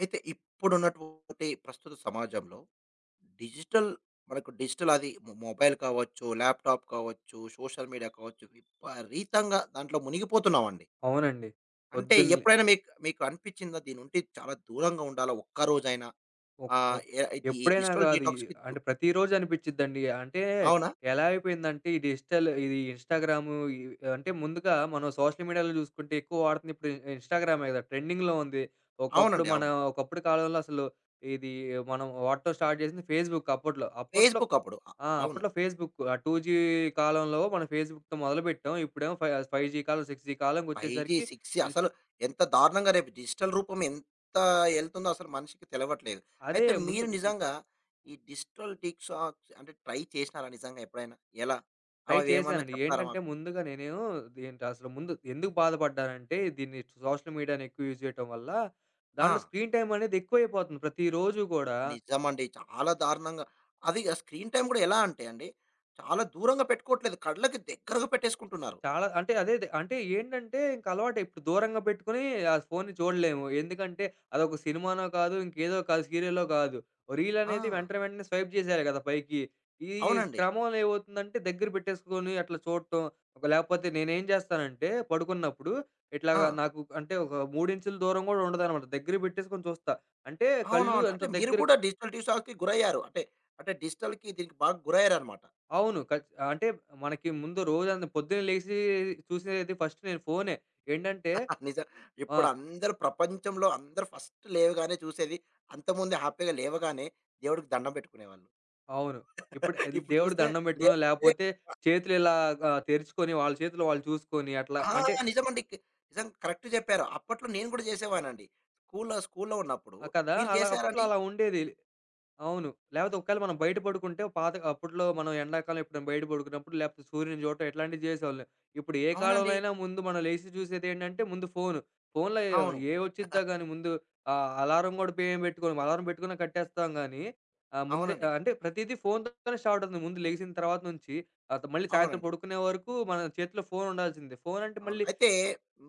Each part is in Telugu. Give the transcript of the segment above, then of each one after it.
అయితే ఇప్పుడున్నటువంటి ప్రస్తుత సమాజంలో డిజిటల్ మనకు డిజిటల్ అది మొబైల్ కావచ్చు, ల్యాప్‌టాప్ కావచ్చు, సోషల్ మీడియా కావచ్చు, విపరీతంగా దాంట్లో మునిగిపోతున్నామండి. అవునండి. అంటే పొద్దున్నే ఎప్పుడైనా మీకు మీకు అనిపిచ్చిందా దీని నుండి చాలా దూరంగా ఉండాలా ఒక్క రోజైనా? ఒక్ ఆహ్, ఒక్ ఎ ఈ ఎప్పుడైనా డిజిటల్ గాదు. డీటాక్స్‌కి దు అంటే ప్రతిరోజు అనిపిచ్చిద్దండి. అంటే అవునా? ఎలా అయిపోయిందంటే ఈ డిజిటల్ ఇది ఇన్‌స్టాగ్రాము ఈ అంటే ముందుగా మనం సోషల్ మీడియాలో జూసుకుంటే ఎక్కువ వాడుతుంది ఇప్పుడు ఇన్‌స్టాగ్రామే గదా! ట్రెండింగ్‌లో ఉంది. ఒకప్పుడు అవునండి. మన అవును. ఒకప్పుడు కాలంలో అసలు ఇది మనం వాడటం స్టార్ట్ జేసింది ఫేస్‌బుక్ అప్పట్లో. అప్పట్లో ఫేస్‌బుక్ అప్పుడు. అ ఆ! అవును. అప్పట్లో ఫేస్‌బుక్ ఆ 2జీ కాలంలో మనం ఫేస్‌బుక్‌తో మొదలుపెట్టాం. ఇప్పుడేమో ఫై 5జీ కాలం, 6జీ ఫైవ్ జీ, కాలంకొచ్చేసరికి 6 జీ ఇన్స్ అసలు ఎంత దారుణంగా రేపు డిజిటల్ రూపం ఎంత ఎళ్తుందో అసలు మనిషికి తెలవట్లేదు. అదే అయితే ముందు మీరు నిజంగా ఈ డిజిటల్ డీటాక్స్ అంటే ట్రై చేసినారా నిజంగా ఎప్పుడైనా? ఎలా? ట్రై అవేమన్నా చేశానండి. చెప్తారా ఏంటంటే మాకు? ముందుగా నేనేమో ఏంటి అసలు ముందు ఎందుకు బాధపడ్డానంటే దీన్ని సోషల్ మీడియాని ఎక్కువ యూజ్ చేయటం వల్ల ఆ! దాంట్లో స్క్రీన్ టైమ్ అనేది ఎక్కువైపోతుంది. ప్రతిరోజు గూడా నిజమండి. చాలా దారుణంగా అది ఆ స్క్రీన్ టైమ్ గూడా ఎలా అంటే అండి, చాలా దూరంగా పెట్టుకోవట్లేదు. కళ్ళకి దగ్గరగా పెట్టేసుకుంటున్నారు. చాలా. అంటే అదేదే. అంటే ఏంటంటే ఇంక అలవాటే. ఇప్పుడు దూరంగా పెట్టుకొని ఆ ఫోన్‌ని చూడలేము. ఎందుకంటే అదొక సినిమానో కాదు, ఇంకేదో కాదు, సీరియల్లో కాదు. రీల్ ఆ! అనేది వెంటనే వెంటనే స్వైప్ చేసేయాలి కదా పైకి. ఈ అవునండి. క్రమంలో ఏమవుతుందంటే దగ్గర పెట్టేసుకొని అట్లా చూడటం. ఒక లేకపోతే నేనేం చేస్తానంటే పడుకున్నప్పుడు ఆ! ఇట్లాగా నాకు అంటే ఒక 3 ఇంచుల దూరం కూడా ఉండదనమాట. దగ్గర పెట్టేసుకొని చూస్తా. అంటే కళ్ళు అవునవును. ఎంత అంటే మీరు దగ్గర. కూడా డిజిటల్ డీటాక్స్‌కి గురయ్యారు. అంటే, అంటే డిజిటల్‌కి దీనికి బాగా గురయ్యారన్నమాట. అవును. అంటే మనకి ముందు రోజంతా పొద్దున్నే లేసి చూసేది ఫస్ట్ నేను ఫోనే. ఏంటంటే నిజం. ఆ! ఇప్పుడు అందరూ ప్రపంచంలో అందరూ ఫస్ట్ లేవగానే చూసేది అంతకుముందు హ్యాపీగా లేవగానే దేవుడికి దండం పెట్టుకునేవాళ్ళు. అవును. ఇప్పుడు ఇప్పుడు దేవుడికి చూస్తే దండం పెట్టుకునో, లేస్తే లేపోతే చేతులు ఇలా తెరుచుకొని వాళ్ళ చేతులు వాళ్ళు చూసుకొని అట్లా ఆ! అంటే నిజమండి. నిజం కరెక్ట్ చెప్పారు. అప్పట్లో నేను కూడా చేసేవాడినండి. స్కూల్లో స్కూల్లో ఉన్నప్పుడు. కదా! మీరు అలా అప్పట్లో చేసారండి? అలా ఉండేది. అవును. లేపోతే ఒకవేళ మనం బయట పడుకుంటే పాత అప్పట్లో మనం ఎండాకాలం ఎప్పుడైనా బయట పడుకున్నప్పుడు లేపోతే సూర్యుడిని చూడటం ఇట్లాంటివి చేసేవాళ్ళం. ఇప్పుడు ఏ కాలంలో అవునండి. అయినా ముందు మనం లేసి చూసేదేంటంటే ముందు ఫోను. ఫోనులో ఏ అవును. ఏవొచ్చిద్దా గానీ ముందు అలారం గూడా మేం పెట్టుకోము. అలారం పెట్టుకున్నా కట్టేస్తాం గానీ ముందే అవునండి. అంటే ప్రతీదీ ఫోనుతోనే స్టార్ట్ అవుతుంది. ముందు లెగిసిన తర్వాత నుంచి. ఆహ్, త మళ్ళీ సాయంత్రం అవునండి. పడుకునే వరకు మన చేతిలో ఫోనుండాల్సిందే. ఫోనంటే అవును. మళ్ళీ అయితే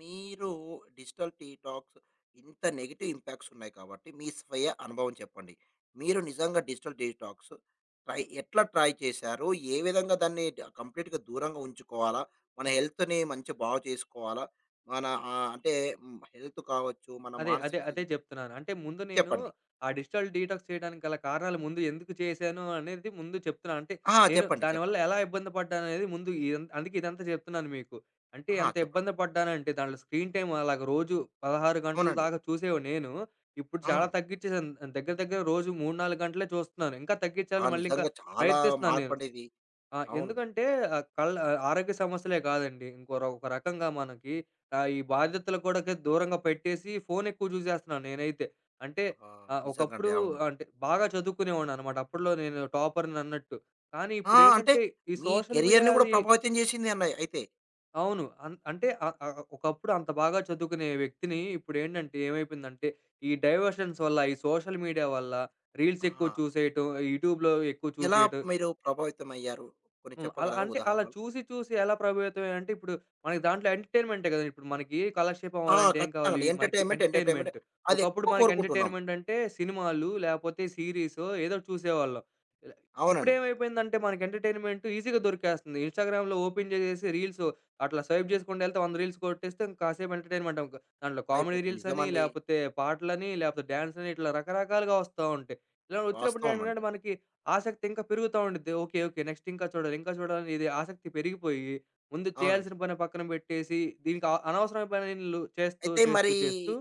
మీరు డిజిటల్ డీటాక్స్ ఇంత నెగెటివ్ ఇంపాక్ట్స్ ఉన్నాయి కాబట్టి, మీ స్వీయ అనుభవం చెప్పండి. మీరు నిజంగా డిజిటల్ డీటాక్స్ ట్రై ఎట్లా ట్రై చేశారు? ఏ విధంగా దాన్ని కంప్లీట్‌గా దూరంగా ఉంచుకోవాలా? మన హెల్త్‌ని మంచి బాగు చేసుకోవాలా? మన అంటే హ్మ్. హెల్త్ కావచ్చు, మన అదే. అదే. మానసిక అదే స్థితి జెప్తున్నాను. అంటే ముందు నేను చెప్పండి. ఆ డిజిటల్ డీటాక్స్ చేయడానికి గల కారణాలు ముందు ఎందుకు చేశాను అనేది ముందు చెప్తున్నాను. అంటే ఆ! నేను చెప్పండి. దానివల్ల చెప్పండి. ఎలా ఇబ్బంది పడ్డాననేది ముందు ఇదం అందుకే ఇదంతా జెప్తున్నాను మీకు. అంటే ఆ! ఎంత చెప్పండి. ఇబ్బంది పడ్డానంటే దాంట్లో స్క్రీన్ టైమ్ అలాగ రోజు 16 గంటల అవునండి. దాకా చూసేవాడిని నేను. ఇప్పుడు చాలా అవును. తగ్గించేసాను. దగ్గర దగ్గర రోజు 3, 4 గంటలే చూస్తున్నాను. ఇంకా ఆ! తగ్గించాలని మళ్ళీ ఇంకా నిజంగా చాలా ప్రయత్నిస్తున్నాను నేను. మార్పండిది. ఆ! అవును. ఎందుకంటే ఆరోగ్య సమస్యలే కాదండి. ఇంకో ర ఒక రకంగా మనకి ఈ బాధ్యతలు కూడాకి దూరంగా పెట్టేసి ఫోన్ ఎక్కువ చూసేస్తున్నాను నేనైతే. అంటే ఆహా! నిజంగండి. ఒకప్పుడు అవును. అంటే బాగా చదువుకునేవాడిననమాట. అప్పట్లో నేను టాపర్‌నన్నట్టు. కానీ ఆ! అంటే ఇప్పుడేంటంటే ఈ మీ సోషల్ మీడియా కెరియర్‌ని గూడా అది ప్రభావితం జేసింది అన్నయ్య అయితే. అవును. అంటే ఆహ్, ఆహ్, ఒకప్పుడు అంత బాగా చదువుకునే వ్యక్తిని ఇప్పుడేంటంటే ఏమైపోయిందంటే ఈ డైవర్షన్స్ వల్ల, ఈ సోషల్ మీడియా వల్ల రీల్స్ ఎక్కువ ఆ! చూసేయటం, యూట్యూబ్‌లో ఎక్కువ ఎలా చూసేయటం. మీరు ప్రభావితమయ్యారు? కొన్ని అలా చెప్పగలరా అంటే అలా ఉదాహరణలు? చూసి, చూసి ఎలా ప్రభావితం అయ్యాను అంటే ఇప్పుడు మనకి దాంట్లో ఎంటర్‌టైన్‌మెంటే గదా! ఇప్పుడు మనకి కాలక్షేపం ఆ! అవ్వాలంటే ఏం కావాలి? ఖచ్చితంగాండి. మనకి ఎంటర్‌టైన్‌మెంట్, ఎంటర్‌టైన్‌మెంట్ ఎంటర్‌టైన్‌మెంట్. ఒకప్పుడు అదెక్కువ మనకి కోరుకుంటున్నాం. ఎంటర్‌టైన్‌మెంట్ అంటే సినిమాలు లేపోతే సీరీసో ఏదో ఒకటి చూసేవాళ్ళం. ఇలా అవునండి. ఇప్పుడేమైపోయిందంటే మనకి ఎంటర్‌టైన్‌మెంట్ ఈజీగా దొరికేస్తుంది. ఇన్‌స్టాగ్రామ్‌లో ఓపెన్ జేసేసి రీల్స్ అట్లా స్వైప్ జేసుకుంటూ ఎళ్తే 100 రీల్స్ కొట్టేస్తే ఇంక కాసేపు ఎంటర్‌టైన్‌మెంట్. ఇంక దాంట్లో కామెడీ అయిపోతుంది. రీల్స్ అని, నిజమండి. లేపోతే పాటలని, లేపోతే డాన్స్‌లని ఇట్లా రకరకాలుగా వస్తా ఉంటాయి. ఇలా వచ్చినప్పుడు వాస్తవం అండి. ఏంటంటే మనకి ఆసక్తి ఇంకా పెరుగుతా ఉండిద్ది. ఓకే. ఓకే. నెక్స్ట్ ఇంకా చూడాలి, ఇంకా చూడాలని ఇది ఆసక్తి పెరిగిపోయి, ముందు అవునండి. చేయాల్సిన పని పక్కన పెట్టేసి, దీనికి అనవసరమైన పనులు చేస్తూ, అయితే చేస్తూ, మరి చేస్తూ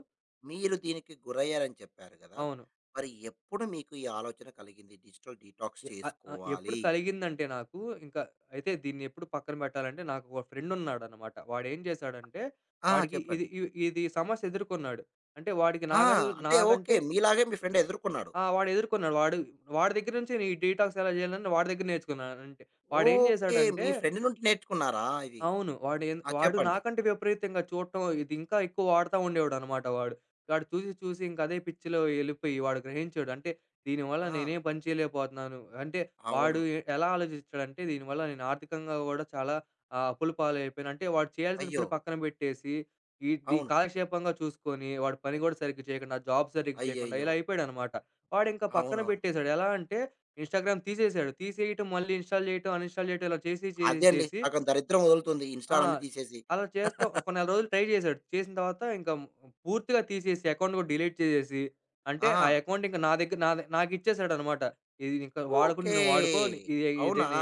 మీరు దీనికి గురయ్యారని చెప్పారు గదా! అవును. మరి ఎప్పుడు మీకు ఈ ఆలోచన కలిగింది? డిజిటల్ డీటాక్స్ ఎప్పుడు చేసుకోవాలి. కలిగిందంటే నాకు ఇంకా అయితే దీన్ని ఎప్పుడు పక్కన పెట్టాలంటే నాకు ఒక ఫ్రెండున్నాడనమాట. వాడేం చేశాడంటే, ఆ! వాడికి ఇది చెప్పండి. ఇ ఇది సమస్య ఎదుర్కొన్నాడు. అంటే వాడికి ఆ! అంటే ఓకే. నాకంటే మీలాగే మీ ఫ్రెండ్ ఎదుర్కొన్నాడు. ఆ! వాడు ఎదుర్కొన్నాడు. వాడు వాడి దగ్గర నుంచే నేను ఈ డీటాక్స్ ఎలా చేయాలని వాడి దగ్గర నేర్చుకున్నాను. అంటే వాడేం ఓకే. చేశాడంటే మీ ఫ్రెండ్ నుండి నేర్చుకున్నారా ఇది? అవును. ఆ! వాడు చెప్పండి. నాకంటే విపరీతంగా చూడటం ఇది ఇంకా ఎక్కువ వాడుతా ఉండేవాడనమాట వాడు. వాడు చూసి చూసి ఇంక అదే పిచ్చిలో ఎళ్ళిపోయి వాడు గ్రహించాడు. అంటే దీనివల్ల ఆ! నేనేం పని చేయలేకపోతున్నాను. అంటే అవును. వాడు ఎ ఎలా ఆలోచించాడంటే దీనివల్ల నేను ఆర్థికంగా గూడా చాలా అప్పుల పాలైపోయాను. అంటే వాడు చేయాల్సిన అయ్యో! పని పక్కన పెట్టేసి ఈ అవును. కాలక్షేపంగా చూసుకొని వాడు పని గూడా సరిగ్గా చేయకుండా, జాబ్ సరిగ్గా చేయకుండా అయ్యయ్యో! ఇలా అయిపోయాడనమాట. వాడింకా పక్కన అవునవును. పెట్టేసాడు. ఎలా అంటే ఇన్‌స్టాగ్రామ్ తీసేసాడు. తీసేయటం మళ్ళీ ఇన్‌స్టాల్ చేయటం, అన్‌ఇన్‌స్టాల్ చేయటం ఇలా చేసి చేసి అదే అండి. చేసి సగం దరిద్రం వదులుతుంది ఆ! ఇన్‌స్టాలన్నీ తీసేసి. అలా చేస్తా ఒక నెల రోజులు ట్రై చేశాడు. చేసిన తర్వాత ఇంకా పూర్తిగా తీసేసి అకౌంట్ కూడా డిలీట్ చేసేసి, అంటే ఆ ఆ! అకౌంట్ ఇంక నా దగ్గర నాది నాకిచ్చేసాడనమాట. ఇది ఇంక వాడకు ఓకే. నువ్వు వాడుకో. ఇది ఇది అవునా! నీ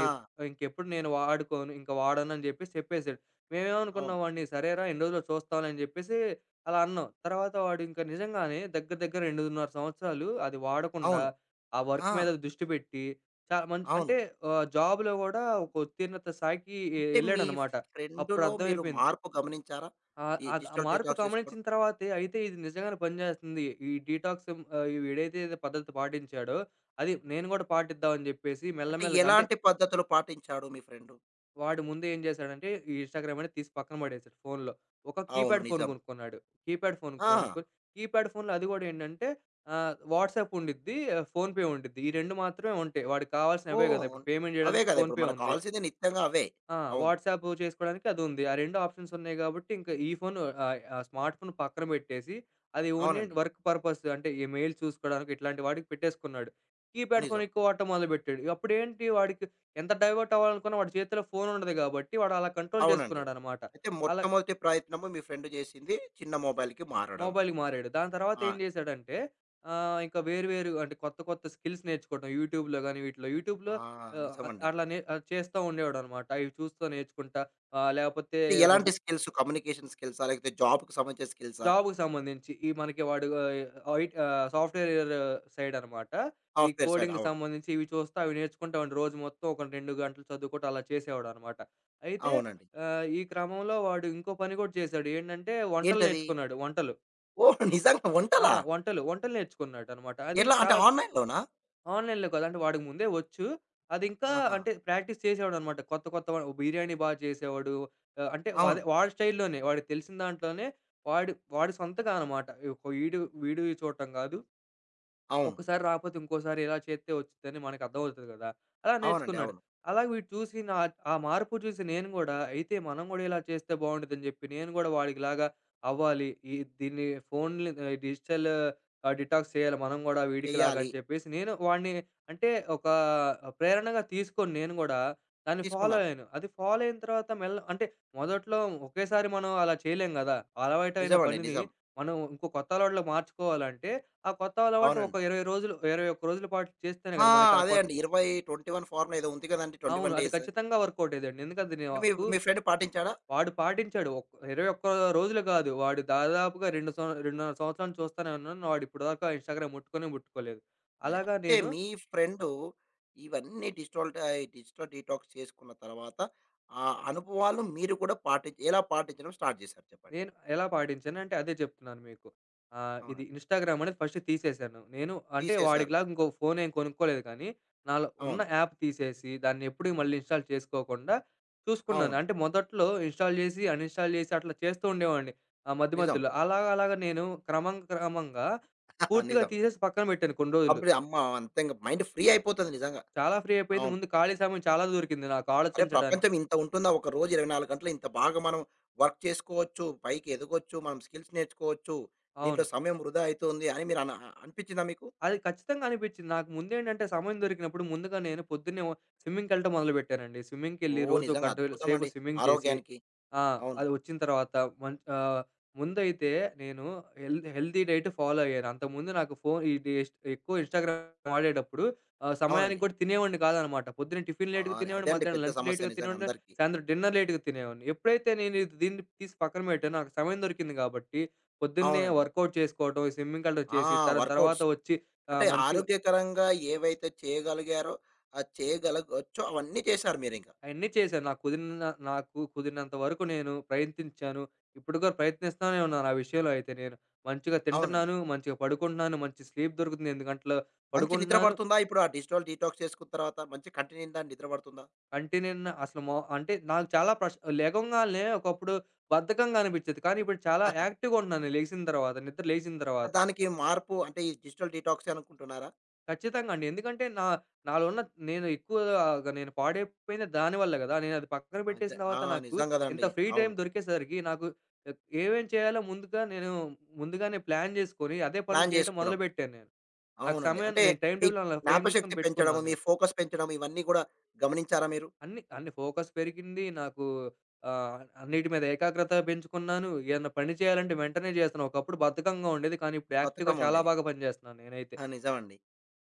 ఇంకెప్పుడు నేను వాడుకోను. ఇంక వాడనని జెప్పేసి చెప్పేసాడు. మేమేమనుకున్నాం అవును. వాడిని సరేరా ఎన్ని రోజులో చూస్తాంలే అని జెప్పేసి అలా అన్నాం. తర్వాత వాడు ఇంక నిజంగానే దగ్గర దగ్గర 2.5 సంవత్సరాలు అది వాడకుండా అవును. ఆ ఆ! వర్క్ మీద దృష్టి పెట్టి చాలా మంచి అవును. అంటే జాబ్‌లో గూడా ఒక ఉత్తీర్ణత స్థాయికి అంటే మీ ఎళ్ళాడనమాట. అప్పుడు ఫ్రెండ్‌లో మీరు అర్థమైపోయింది. మార్పు గమనించారా? ఆహ్, ఈ ఆగ్ ఆ డిజిటల్ మార్పు డిటాక్స్ చేసుకోవడం. గమనించిన తర్వాతే అయితే ఇది నిజంగానే పనిచేస్తుంది. ఈ డీటాక్స్. ఆహ్, వీడైతే ఏదో పద్ధతి పాటించాడో అది నేను గూడా పాటిద్దాం అని జెప్పేసి అంటే మెల్లమెల్లగా అంటే ఎలాంటి పద్ధతులు పాటించాడు మీ ఫ్రెండు? వాడు ముందు ఏం జేశాడంటే ఈ ఇన్‌స్టాగ్రామ్ అనేది తీసి పక్కన పడేశాడు ఫోన్‌లో. ఒక అవును. కీప్యాడ్ ఫోన్ నిజం. గొనుక్కున్నాడు. కీప్యాడ్ ఫోన్ ఆ! కొనుక్కొని కీప్యాడ్ ఫోన్‌లో అది గూడా ఏంటంటే వాట్సాప్ ఉండిద్ది, ఫోన్‌పే ఉండిద్ది. ఈ 2 మాత్రమే ఉంటాయి. వాడికి కావాల్సినవే గదా! ఓహ్! ఇప్పుడు పేమెంట్ అవే జేయడానికి కదా! ఇప్పుడు ఫోన్‌పే మనకు ఉంది. కావాల్సింది నిత్యంగా అవే. ఆ! అవును. వాట్సాప్ చేసుకోవడానికి అదుంది. ఆ 2 ఆప్షన్స్ ఉన్నాయి గాబట్టి, ఇంకా ఈ ఫోను ఆ స్మార్ట్ ఫోన్ పక్కన పెట్టేసి, అది ఓన్లీ అవునండి. వర్క్ పర్పస్ అంటే ఈ మెయిల్ చూసుకోవడానికి ఇట్లాంటి వాటికి పెట్టేసుకున్నాడు. కీప్యాడ్ ఫోన్ నిజం. ఎక్కువ వాడటం మొదలుపెట్టాడు. అప్పుడేంటి వాడికి ఎంత డైవర్ట్ అవ్వాలనుకున్నా వాడి చేతిలో ఫోన్ ఉండదు గాబట్టి, వాడు అలా కంట్రోల్ అవునండి. చేసుకున్నాడనమాట. అయితే అలా మొట్టమొదటి ప్రయత్నము మీ ఫ్రెండ్ చేసింది చిన్న మొబైల్‌కి మారడం. మొబైల్‌కి మారాడు. దాని తర్వాత ఆ! ఏం చేశాడంటే, ఇంకా వేరు వేరు అంటే కొత్త కొత్త స్కిల్స్ నేర్చుకోవడం యూట్యూబ్‌లో గాని వీటిలో. యూట్యూబ్‌లో ఆ! ఆహ్, నిజమండి. అట్లా నే చేస్తా ఉండేవాడనమాట. అవి చూస్తా నేర్చుకుంటా లేకపోతే అంటే ఏమన్నా ఎలాంటి స్కిల్స్ కమ్యూనికేషన్ స్కిల్సా? లేకపోతే జాబ్‌కి సంబంధించిన స్కిల్సా? జాబ్‌కి సంబంధించి. ఈ మనకి వాడు సాఫ్ట్‌వేర్ సైడ్ అనమాట. ఈ సాఫ్ట్‌వేర్ సైడ్ కోడింగ్‌కి అవును. సంబంధించి ఇవి చూస్తా, అవి నేర్చుకుంటా వాడిని రోజు మొత్తం ఒక 2 గంటలు చదువుకుంటూ అలా చేసేవాడనమాట. అయితే అవునండి. ఈ క్రమంలో వాడు ఇంకో పని కూడా చేశాడు. ఏంటంటే వంటలు ఏంటది? నేర్చుకున్నాడు వంటలు. ఓహ్! నిజంగా ఆ! వంటలా? వంటలు, వంటలు నేర్చుకున్నాడనమాట. అది ఎలా అంటే చాలా ఆన్‌లైన్‌లోనా? ఆన్‌లైన్‌లో కాదు. అంటే వాడికి ముందే వచ్చు. అదింకా ఆహా! అంటే ప్రాక్టీస్ చేసేవాడనమాట. కొత్త కొత్త వ బిర్యానీ బా చేసేవాడు. అంటే అవును. అదే వాడి స్టైల్‌లోనే వాడికి తెలిసిన దాంట్లో వాడు వాడి సొంతగా అనమాట. ఒక వీడియో వీడియో చూడటం కాదు. అవును. ఒక్కసారి రాకపోతే ఇంకోసారి ఇలా చేస్తే వచ్చిద్దని మనకు అర్థమవుతది గదా! అలా అవునండి. నేర్చుకున్నాడు. అవును. అలాగే వీడు చూసి నా ఆ మార్పు చూసి నేను గూడా అయితే మనం గూడా ఇలా చేస్తే బావుండిద్దని జెప్పి నేను గూడా వాడికిలాగా అవ్వాలి. దీన్ని ఫోన్‌ని డిటాక్స్ చేయాలి మనం గూడా వీడికిలాగా చెయ్యాలి. అని చెప్పేసి నేను వాడిని అంటే ఒక ప్రేరణగా తీసుకొని నేను గూడా దాన్ని ఫాలో తీసుకున్నారు. అయ్యాను. అది ఫాలో అయిన తర్వాత అంటే మొదట్లో ఒకేసారి మనం అలా చేయలేం గదా! అలవాటైన నిజమండి. పనిని నిజం. మనం ఇంకో కొత్త అలవాటులోకి మార్చుకోవాలంటే ఆ కొత్త అలవాటు ఒక అవునండి. 20 రోజులు, 21 రోజుల పాటు చేస్తేనే ఆ! కదా! మనకు ఆ అదే కొత్ అండి. 20, 21 ఫార్ములా ఏదో ఉంది కదండీ! 21 అవును. అది డేస్. ఖచ్చితంగా వర్కౌట్ అయ్యేదండి. ఎందుకంటే అంటే మీ నాకు మీ ఫ్రెండ్ పాటించాడా? వాడు పాటించాడు. 21 రోజులు కాదు. వాడు దాదాపుగా 2 సంవ 2.5 సంవత్సరాల నుంచి చూస్తానే ఉన్నాను. వాడు ఇప్పటిదాకా ఇన్‌స్టాగ్రామ్ ముట్టుకొనే ముట్టుకోలేదు. అలాగా అంటే నేను మీ ఫ్రెండు ఇవన్నీ డిజిటల్ డీటాక్స్ చేసుకున్న తర్వాత, ఆ అనుభవాలు మీరు కూడా పాటించి ఎలా పాటించడం స్టార్ట్ చేశారు చెప్పండి? నేను ఎలా పాటించాను అంటే అదే చెప్తున్నాను మీకు. ఆహ్, ఇది అవునండి. ఇన్‌స్టాగ్రామ్ అనేది ఫస్ట్ తీసేశాను. నేను అంటే తీసేశారు. వాడికిలాగా ఇంకో ఫోన్ ఏం కొనుక్కోలేదు కానీ, నాలో ఉన్న అవును. యాప్ తీసేసి దాన్ని ఎప్పుడూ మళ్ళీ ఇన్‌స్టాల్ చేసుకోకుండా చూసుకున్నాను. అవును. అంటే మొదట్లో ఇన్‌స్టాల్ చేసి, అన్‌ఇన్‌స్టాల్ చేసి అట్లా చేస్తూ ఉండేవాడిని. ఆ మధ్య నిజం. మధ్యలో. అలాగా అలాగా నేను క్రమంగా పూర్తిగా నిజం. తీసేసి పక్కన పెట్టాను కొన్ని రోజులు. అప్పుడు అమ్మ అంతే ఇంక మైండ్ ఫ్రీ అయిపోతది నిజంగా. చాలా ఫ్రీ అయిపోయింది. అవును. ముందు ఖాళీ సమయం చాలా దొరికింది నాకు అరే! ఆలోచించడానికి. ప్రపంచం ఇంత ఉంటుందా? ఒక రోజు 24 గంటలు ఇంత బాగా మనం వర్క్ చేసుకోవచ్చు, పైకి ఎదగొచ్చు, మనం స్కిల్స్ నేర్చుకోవచ్చు, దీంట్లో అవును. సమయం వృధా అయితుంది అని మీరు అనిపించిందా మీకు? అది ఖచ్చితంగా అనిపిచ్చింది. నాకు ముందేంటంటే సమయం దొరికినప్పుడు ముందుగా నేను పొద్దున్నే స్విమ్మింగ్‌కెళ్ళటం మొదలుపెట్టానండి. స్విమ్మింగ్‌కెళ్ళి ఓహ్! రోజు ఒక నిజంగా గంట సేపు అద్భుతమండి స్విమ్మింగ్ చేసి ఆరోగ్యానికి. ఆ! అవును. అది వచ్చిన తర్వాత మం ఆహ్, ముందైతే నేను హెల్తీ డైట్ ఫాలో అయ్యాను. అంతకుముందు నాకు ఫోను ఇది ఇష్ ఎక్కువ ఇన్‌స్టాగ్రామ్ వాడేటప్పుడు సమయానికి అవునండి. కూడా తినేవాడిని కాదనమాట. పొద్దున్న టిఫిన్ ఆ! లేట్‌గా అదే తినేవాడిని, అండి మధ్యాహ్నం పెద్ద లంచ్ సమస్య లేట్‌గా నిజంగా తినేవాడిని, అందరికీ. సాయంత్రం డిన్నర్ లేట్‌గా తినేవాడిని. ఎప్పుడైతే నేను ఇది దీన్ని తీసి పక్కన పెట్టానో నాకు సమయం దొరికింది కాబట్టి పొద్దున్నే అవునండి. వర్కౌట్ చేసుకోవటం, ఈ స్విమ్మింగ్‌కెళ్ళటం ఆ! చేసి, దాని వర్కౌట్స్. తర్వాత వచ్చి ఆ! అంటే మంచిగా ఆరోగ్యకరంగా ఏవైతే చేయగలిగారో, చేయగలగొచ్చో అవన్నీ చేశారు మీరింక. అయన్నీ చేశాను. నాకు కుదిరినంత వరకు నేను ప్రయత్నించాను. ఇప్పుడు కూడా ప్రయత్నిస్తానే ఉన్నాను ఆ విషయంలో అయితే నేను. మంచిగా అవునండి. తింటున్నాను, మంచిగా పడుకుంటున్నాను, మంచి స్లీప్ దొరుకుతుంది 8 గంటలు మంచి నిద్ర పడుకుంటున్నాను. పడుతుందా ఇప్పుడు ఆ డిజిటల్ డీటాక్స్ చేసుకున్న తర్వాత మంచి కంటి నిండా నిద్ర పడుతుందా? కంటి నిండా అసలు మొ అంటే నాకు చాలా ప్రశ్ లెగంగాల్నే ఒకప్పుడు బద్ధకంగా అనిపిచ్చేది. కానీ ఇప్పుడు చాలా యాక్టివ్‌గా ఉంటున్నాను లెగిసిన తర్వాత, నిద్ర లేచిన ఆహా. తర్వాత. దానికి మార్పు అంటే ఈ డిజిటల్ డీటాక్సే అనుకుంటున్నారా? ఖచ్చితంగా అండి. ఎందుకంటే నా నాలో ఉన్న నేను ఎక్కువగా నేను పాడైపోయింది దాని వల్ల గదా! నేనది పక్కన నిజ పెట్టేసిన ఆ! తర్వాత నాకు నిజం ఇంత కదండీ. ఫ్రీ టైమ్ అవును. దొరికేసరికి నాకు ఏమేం చేయాలో ముందుగానే ప్లాన్ జేసుకొని అదే పనులు ప్లాన్ చేయటం చేసుకోవడం. మొదలుపెట్టాను నేను. నాకు అవునండి. సమయం అంటే నేను టైమ్ మీ టేబుల్ అలా ఫ్రేమ్ జ్ఞాపశక్తి జేసుకొని పెంచడం, పెట్టుకున్నాను మీ నేను. ఫోకస్ పెంచడం ఇవన్నీ కూడా గమనించారా మీరు? అన్ని అన్ని ఫోకస్ పెరిగింది. నాకు అన్నిటి మీద ఏకాగ్రత పెంచుకున్నాను. ఏదన్నా పని చేయాలంటే వెంటనే జేస్తున్నా. ఒకప్పుడు బద్ధకంగా ఉండేది. కానీ ఇప్పుడు యాక్టివ్‌గా బద్ధకం చాలా ఉండేది. బాగా పని జేస్తున్నాను నేనైతే. ఆ! నిజమండి.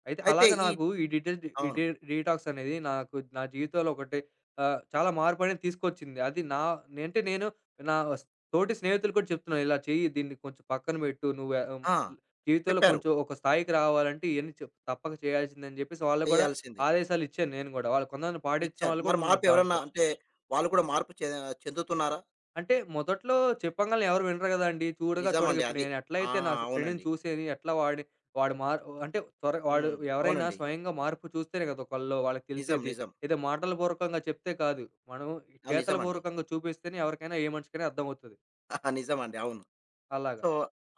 అయితే అయితే అలాగా ఈ నాకు ఈ డీటెయిల్స్ డి ఈ అవును. డీ డీటాక్స్ అనేది నాకు నా జీవితంలో ఒకటి చాలా మార్పనేది తీసుకొచ్చింది. అది నా నే- అంటే నేను నా స్ తోటి స్నేహితులు కూడా చెప్తున్నాను. ఇలా చెయ్యి దీన్ని కొంచెం పక్కన పెట్టు. నువ్వు ఆ! జీవితంలో చెప్పారు. కొంచెం ఒక స్థాయికి రావాలంటే ఇయన్నీ చెప్ తప్పక చేయాల్సిందని చెప్పేసి వాళ్ళకి గూడా చేయాల్సింది. ఆదేశాలిచ్చాను నేను గూడా. వాళ్ళు కొంతమంది పాటించిన ఇచ్చారు. వాళ్ళు మరి గూడా మార్పు ఉన్నారు ఎవరన్నా దాంట్లో. అంటే వాళ్ళు కూడా మార్పు చె చెందుతున్నారా? అంటే మొదట్లో చెప్పంగానే ఎవరు వినరు గదండీ! చూడగా, చూడగా నిజమండి ఇప్పుడు అది. నేను ఆ! ఎట్లయితే నా ఫ్రెండ్‌ని అవునండి. చూసేది ఎట్లా వాడి వాడు మార్ అంటే త్వర వాడు హ్మ్. ఎవరైనా అవునండి. స్వయంగా మార్పు చూస్తేనే గదా! ఒకళ్ళలో వాళ్ళకి నిజం. తెలిసేది. నిజం. ఏదో మాటల పూర్వకంగా చెప్తే కాదు. మనం ఆ! చేతల నిజమండి. పూర్వకంగా చూపిస్తేనే ఎవరికైనా ఏ మనిషికైనా అర్థమవుతది. నిజమండి. అవును. అలాగా. సో,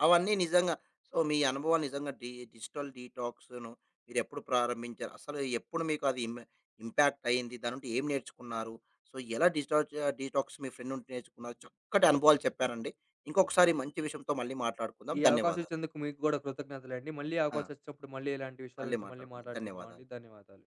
అవన్నీ నిజంగా సో, మీ అనుభవం నిజంగా డిజిటల్ డీటాక్స్‌ను మీరెప్పుడు ప్రారంభించారు? అసలు ఎప్పుడు మీకు అది ఇంపాక్ట్ అయింది? దాని నుండి ఏం నేర్చుకున్నారు? సో, ఎలా డిజిటాల్ డీటాక్స్ మీ ఫ్రెండ్ నుండి నేర్చుకున్నారు? చక్కటి అనుభవాలు చెప్పారండి. ఇంకొకసారి మంచి విషయంతో మళ్ళీ మాట్లాడుకుందాం. ఈ అవకాశం ధన్యవాదాలు. ఇచ్చినందుకు మీకు గూడా కృతజ్ఞతలండి. మళ్ళీ ఆ! అవకాశం వచ్చినప్పుడు మళ్ళీ ఇలాంటి విషయాల మళ్ళీ గురించి మళ్ళీ మాట్లాడుకుందాం. మాట్లాడుకుందాం అండి. ధన్యవాదాలు. ధన్యవాదాలు.